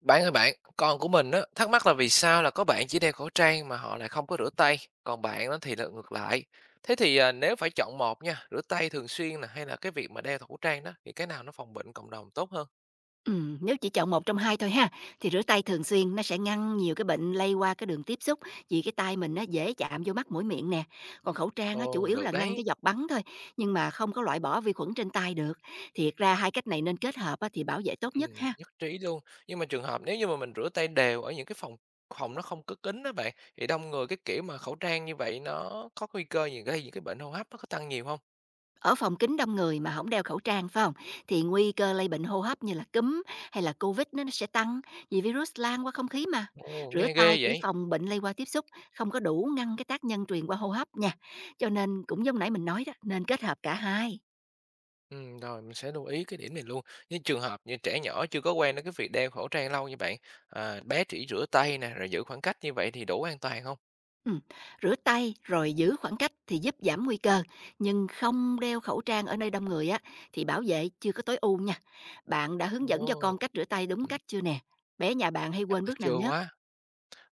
Bạn ơi bạn, con của mình á, thắc mắc là vì sao là có bạn chỉ đeo khẩu trang mà họ lại không có rửa tay, còn bạn á thì là ngược lại. Thế thì nếu phải chọn một nha, rửa tay thường xuyên là hay là cái việc mà đeo khẩu trang đó thì cái nào nó phòng bệnh cộng đồng tốt hơn? Nếu chỉ chọn một trong hai thôi ha, thì rửa tay thường xuyên nó sẽ ngăn nhiều cái bệnh lây qua cái đường tiếp xúc, vì cái tay mình nó dễ chạm vô mắt mũi miệng nè. Còn khẩu trang á chủ Ồ, yếu là được ngăn đấy. cái giọt bắn thôi, nhưng mà không có loại bỏ vi khuẩn trên tay được. Thiệt ra hai cách này nên kết hợp á thì bảo vệ tốt Ừ, nhất ha. nhất trí luôn. Nhưng mà trường hợp nếu như mà mình rửa tay đều ở những cái phòng phòng nó không có kín đó bạn thì đông người cái kiểu mà khẩu trang như vậy nó có nguy cơ gì gây những cái bệnh hô hấp nó có tăng nhiều không? Ở phòng kính đông người mà không đeo khẩu trang, phải không? Thì nguy cơ lây bệnh hô hấp như là cúm hay là Covid nó sẽ tăng, vì virus lan qua không khí mà. Ồ, Rửa nghe tay ghê chỉ vậy. phòng bệnh lây qua tiếp xúc, không có đủ ngăn cái tác nhân truyền qua hô hấp nha. Cho nên cũng giống nãy mình nói đó, nên kết hợp cả hai. Rồi mình sẽ lưu ý cái điểm này luôn. Những trường hợp như trẻ nhỏ chưa có quen đến cái việc đeo khẩu trang lâu như bạn, à, bé chỉ rửa tay nè, rồi giữ khoảng cách như vậy thì đủ an toàn không? Ừm, rửa tay rồi giữ khoảng cách thì giúp giảm nguy cơ, nhưng không đeo khẩu trang ở nơi đông người á, thì bảo vệ chưa có tối ưu nha. Bạn đã hướng dẫn cho Ồ, con cách rửa tay đúng ừm, cách chưa nè? Bé nhà bạn hay chắc quên là bước nào chưa nhất? quá.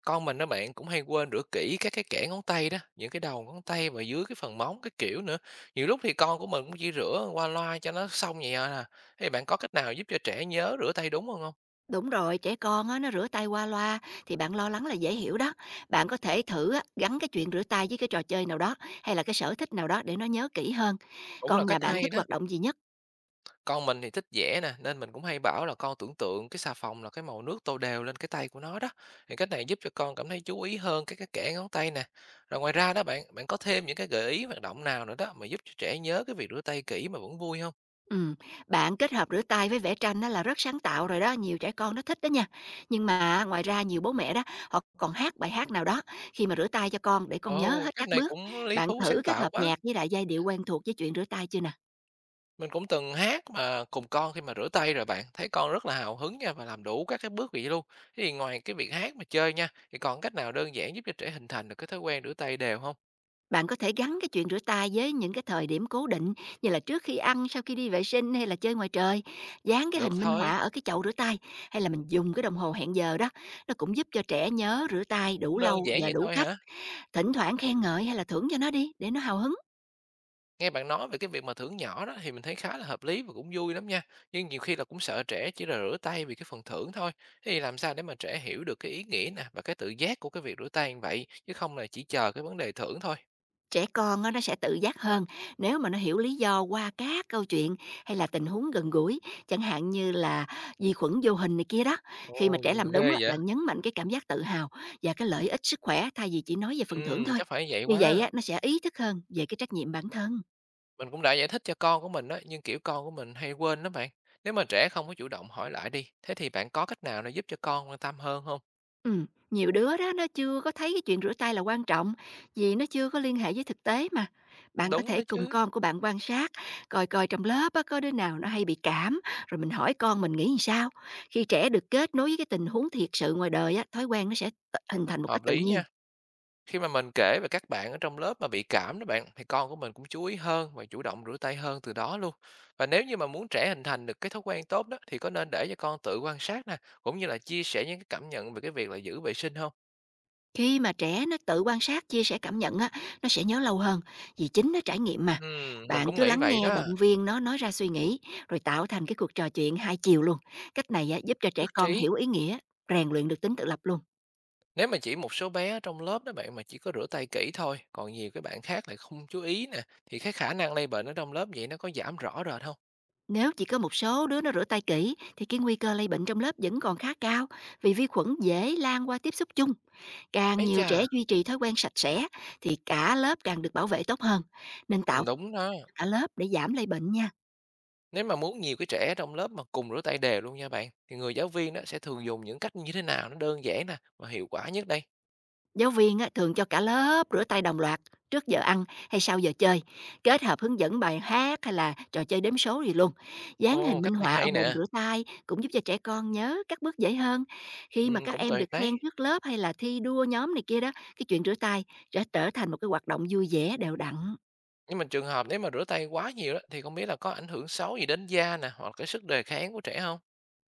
Con mình đó bạn cũng hay quên rửa kỹ các cái kẽ ngón tay đó, những cái đầu ngón tay và dưới cái phần móng cái kiểu nữa. Nhiều lúc thì con của mình cũng chỉ rửa qua loa cho nó xong vậy à. Thì bạn có cách nào giúp cho trẻ nhớ rửa tay đúng hơn không? Đúng rồi, trẻ con á, nó rửa tay qua loa thì bạn lo lắng là dễ hiểu đó. Bạn có thể thử á, gắn cái chuyện rửa tay với cái trò chơi nào đó hay là cái sở thích nào đó để nó nhớ kỹ hơn. Cũng là Con nhà cách bạn thích hay đó. hoạt động gì nhất? Con mình thì thích vẽ nè, nên mình cũng hay bảo là con tưởng tượng cái xà phòng là cái màu nước tô đều lên cái tay của nó đó. Thì cách này giúp cho con cảm thấy chú ý hơn cái kẽ ngón tay nè. Rồi ngoài ra đó bạn, bạn có thêm những cái gợi ý hoạt động nào nữa đó mà giúp cho trẻ nhớ cái việc rửa tay kỹ mà vẫn vui không? Ừ, bạn kết hợp rửa tay với vẽ tranh đó là rất sáng tạo rồi đó, nhiều trẻ con nó thích đó nha. Nhưng mà ngoài ra nhiều bố mẹ đó, họ còn hát bài hát nào đó khi mà rửa tay cho con để con nhớ Ồ, hết cách các này bước. cũng lý Bạn thú thử sáng kết tạo hợp quá. nhạc với lại giai điệu quen thuộc với chuyện rửa tay chưa nè? Mình cũng từng hát mà cùng con khi mà rửa tay rồi bạn, thấy con rất là hào hứng nha và làm đủ các cái bước vậy luôn. Thế thì ngoài cái việc hát mà chơi nha, thì còn cách nào đơn giản giúp cho trẻ hình thành được cái thói quen rửa tay đều không? Bạn có thể gắn cái chuyện rửa tay với những cái thời điểm cố định như là trước khi ăn, sau khi đi vệ sinh hay là chơi ngoài trời, dán cái Được hình minh thôi, họa ở cái chậu rửa tay hay là mình dùng cái đồng hồ hẹn giờ đó, nó cũng giúp cho trẻ nhớ rửa tay đủ cũng đơn lâu giản và vậy đủ thôi cách, hả? thỉnh thoảng khen ngợi hay là thưởng cho nó đi để nó hào hứng. Nghe bạn nói về cái việc mà thưởng nhỏ đó thì mình thấy khá là hợp lý và cũng vui lắm nha. Nhưng nhiều khi là cũng sợ trẻ chỉ là rửa tay vì cái phần thưởng thôi. Thế thì làm sao để mà trẻ hiểu được cái ý nghĩa nè và cái tự giác của cái việc rửa tay như vậy chứ không là chỉ chờ cái vấn đề thưởng thôi. Trẻ con á, nó sẽ tự giác hơn nếu mà nó hiểu lý do qua các câu chuyện hay là tình huống gần gũi, chẳng hạn như là vi khuẩn vô hình này kia đó. Khi mà Ồ, trẻ gì mà làm đúng ghê á, vậy? bạn nhấn mạnh cái cảm giác tự hào và cái lợi ích sức khỏe thay vì chỉ nói về phần Ừ, thưởng thôi. chắc phải vậy Như vậy quá. á, nó sẽ ý thức hơn về cái trách nhiệm bản thân. Mình cũng đã giải thích cho con của mình đó, nhưng kiểu con của mình hay quên lắm bạn. Nếu mà trẻ không có chủ động hỏi lại đi, thế thì bạn có cách nào để giúp cho con quan tâm hơn không? Nhiều đứa đó nó chưa có thấy cái chuyện rửa tay là quan trọng, vì nó chưa có liên hệ với thực tế mà. Bạn có Đúng thể đó cùng chứ, con của bạn quan sát, coi coi trong lớp á, có đứa nào nó hay bị cảm, rồi mình hỏi con mình nghĩ làm sao. Khi trẻ được kết nối với cái tình huống thiệt sự ngoài đời á, thói quen nó sẽ hình thành một cách hợp tự lý nhiên. nha. Khi mà mình kể về các bạn ở trong lớp mà bị cảm đó bạn thì con của mình cũng chú ý hơn và chủ động rửa tay hơn từ đó luôn. Và nếu như mà muốn trẻ hình thành được cái thói quen tốt đó thì có nên để cho con tự quan sát nè, cũng như là chia sẻ những cái cảm nhận về cái việc là giữ vệ sinh không? Khi mà trẻ nó tự quan sát, chia sẻ cảm nhận á, nó sẽ nhớ lâu hơn, vì chính nó trải nghiệm mà. Mình Bạn cũng cứ nghĩ lắng vậy nghe, đó, động viên nó nói ra suy nghĩ, rồi tạo thành cái cuộc trò chuyện hai chiều luôn. Cách này á, giúp cho trẻ nhất con trí. hiểu ý nghĩa, rèn luyện được tính tự lập luôn. Nếu mà chỉ một số bé ở trong lớp đó bạn mà chỉ có rửa tay kỹ thôi, còn nhiều cái bạn khác lại không chú ý nè, thì cái khả năng lây bệnh ở trong lớp vậy nó có giảm rõ rệt không? Nếu chỉ có một số đứa nó rửa tay kỹ thì cái nguy cơ lây bệnh trong lớp vẫn còn khá cao vì vi khuẩn dễ lan qua tiếp xúc chung. Càng Ấy nhiều chà, trẻ duy trì thói quen sạch sẽ thì cả lớp càng được bảo vệ tốt hơn. Nên ừ, tạo đúng đó. cả lớp để giảm lây bệnh nha. Nếu mà muốn nhiều cái trẻ trong lớp mà cùng rửa tay đều luôn nha bạn, thì người giáo viên đó sẽ thường dùng những cách như thế nào nó đơn giản nè và hiệu quả nhất đây? Giáo viên á, thường cho cả lớp rửa tay đồng loạt trước giờ ăn hay sau giờ chơi, kết hợp hướng dẫn bài hát hay là trò chơi đếm số gì luôn. Dán Ồ, hình cách minh này họa ở hay bồn nè, rửa tay cũng giúp cho trẻ con nhớ các bước dễ hơn. Khi ừ, mà các cũng em được tuyệt khen đấy. trước lớp hay là thi đua nhóm này kia đó, cái chuyện rửa tay sẽ trở thành một cái hoạt động vui vẻ đều đặn. Nhưng mà trường hợp nếu mà rửa tay quá nhiều đó, thì không biết là có ảnh hưởng xấu gì đến da nè hoặc là cái sức đề kháng của trẻ không?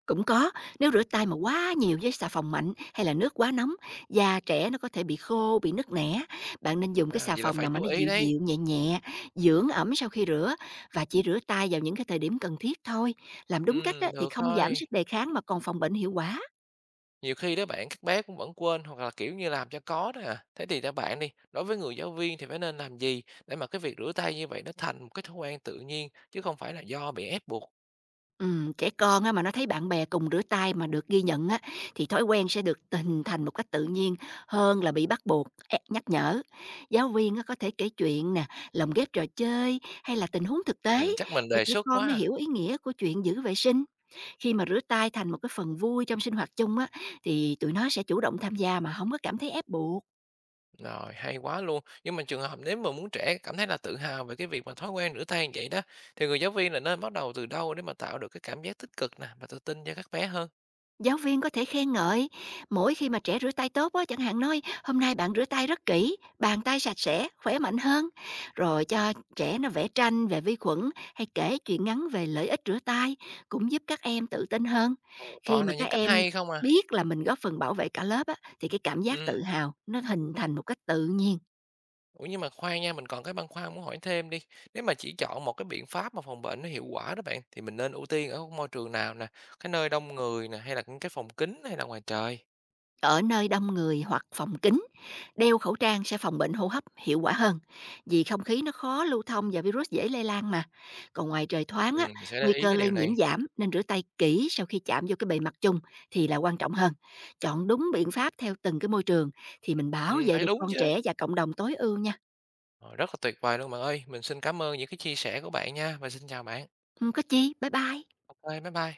Cũng có, nếu rửa tay mà quá nhiều với xà phòng mạnh hay là nước quá nóng, da trẻ nó có thể bị khô, bị nứt nẻ. Bạn nên dùng cái À, xà vậy là phòng phải nào mà chú nó ý dịu đấy. dịu, nhẹ nhẹ, dưỡng ẩm sau khi rửa và chỉ rửa tay vào những cái thời điểm cần thiết thôi. Làm đúng cách Ừ, á, thì được không giảm thôi. sức đề kháng mà còn phòng bệnh hiệu quả. Nhiều khi đó bạn các bé cũng vẫn quên hoặc là kiểu như làm cho có đó à. Thế thì theo bạn đi, đối với người giáo viên thì phải nên làm gì để mà cái việc rửa tay như vậy nó thành một cái thói quen tự nhiên chứ không phải là do bị ép buộc. Trẻ con á mà nó thấy bạn bè cùng rửa tay mà được ghi nhận á, thì thói quen sẽ được hình thành một cách tự nhiên hơn là bị bắt buộc, ép nhắc nhở. Giáo viên á có thể kể chuyện nè, lồng ghép trò chơi hay là tình huống thực tế Chắc mình để đề trẻ xuất con quá. nó à. hiểu ý nghĩa của chuyện giữ vệ sinh. Khi mà rửa tay thành một cái phần vui trong sinh hoạt chung á, thì tụi nó sẽ chủ động tham gia mà không có cảm thấy ép buộc. Rồi, hay quá luôn. Nhưng mà trường hợp nếu mà muốn trẻ cảm thấy là tự hào về cái việc mà thói quen rửa tay như vậy đó, thì người giáo viên là nên bắt đầu từ đâu để mà tạo được cái cảm giác tích cực nè và tự tin cho các bé hơn? Giáo viên có thể khen ngợi mỗi khi mà trẻ rửa tay tốt á, chẳng hạn nói hôm nay bạn rửa tay rất kỹ, bàn tay sạch sẽ, khỏe mạnh hơn. Rồi cho trẻ nó vẽ tranh về vi khuẩn hay kể chuyện ngắn về lợi ích rửa tay cũng giúp các em tự tin hơn. Ồ. Khi Toàn mà là các những cách em hay không à. biết là mình góp phần bảo vệ cả lớp á, thì cái cảm giác Ừ. tự hào nó hình thành một cách tự nhiên. Ủa, nhưng mà khoan nha, mình còn cái băn khoăn muốn hỏi thêm đi. Nếu mà chỉ chọn một cái biện pháp mà phòng bệnh nó hiệu quả đó bạn, thì mình nên ưu tiên ở môi trường nào nè? Cái nơi đông người nè, hay là những cái phòng kín hay là ngoài trời? Ở nơi đông người hoặc phòng kín, đeo khẩu trang sẽ phòng bệnh hô hấp hiệu quả hơn, vì không khí nó khó lưu thông và virus dễ lây lan mà. Còn ngoài trời thoáng á, Mình sẽ để nguy ý cơ cái lây điều nhiễm này. giảm nên rửa tay kỹ sau khi chạm vô cái bề mặt chung thì là quan trọng hơn. Chọn đúng biện pháp theo từng cái môi trường thì mình bảo vệ Thấy được đúng con chứ. trẻ và cộng đồng tối ưu nha. Ờ, rất là tuyệt vời luôn bạn ơi. Mình xin cảm ơn những cái chia sẻ của bạn nha và xin chào bạn. Không có chi, bye bye. OK, bye bye.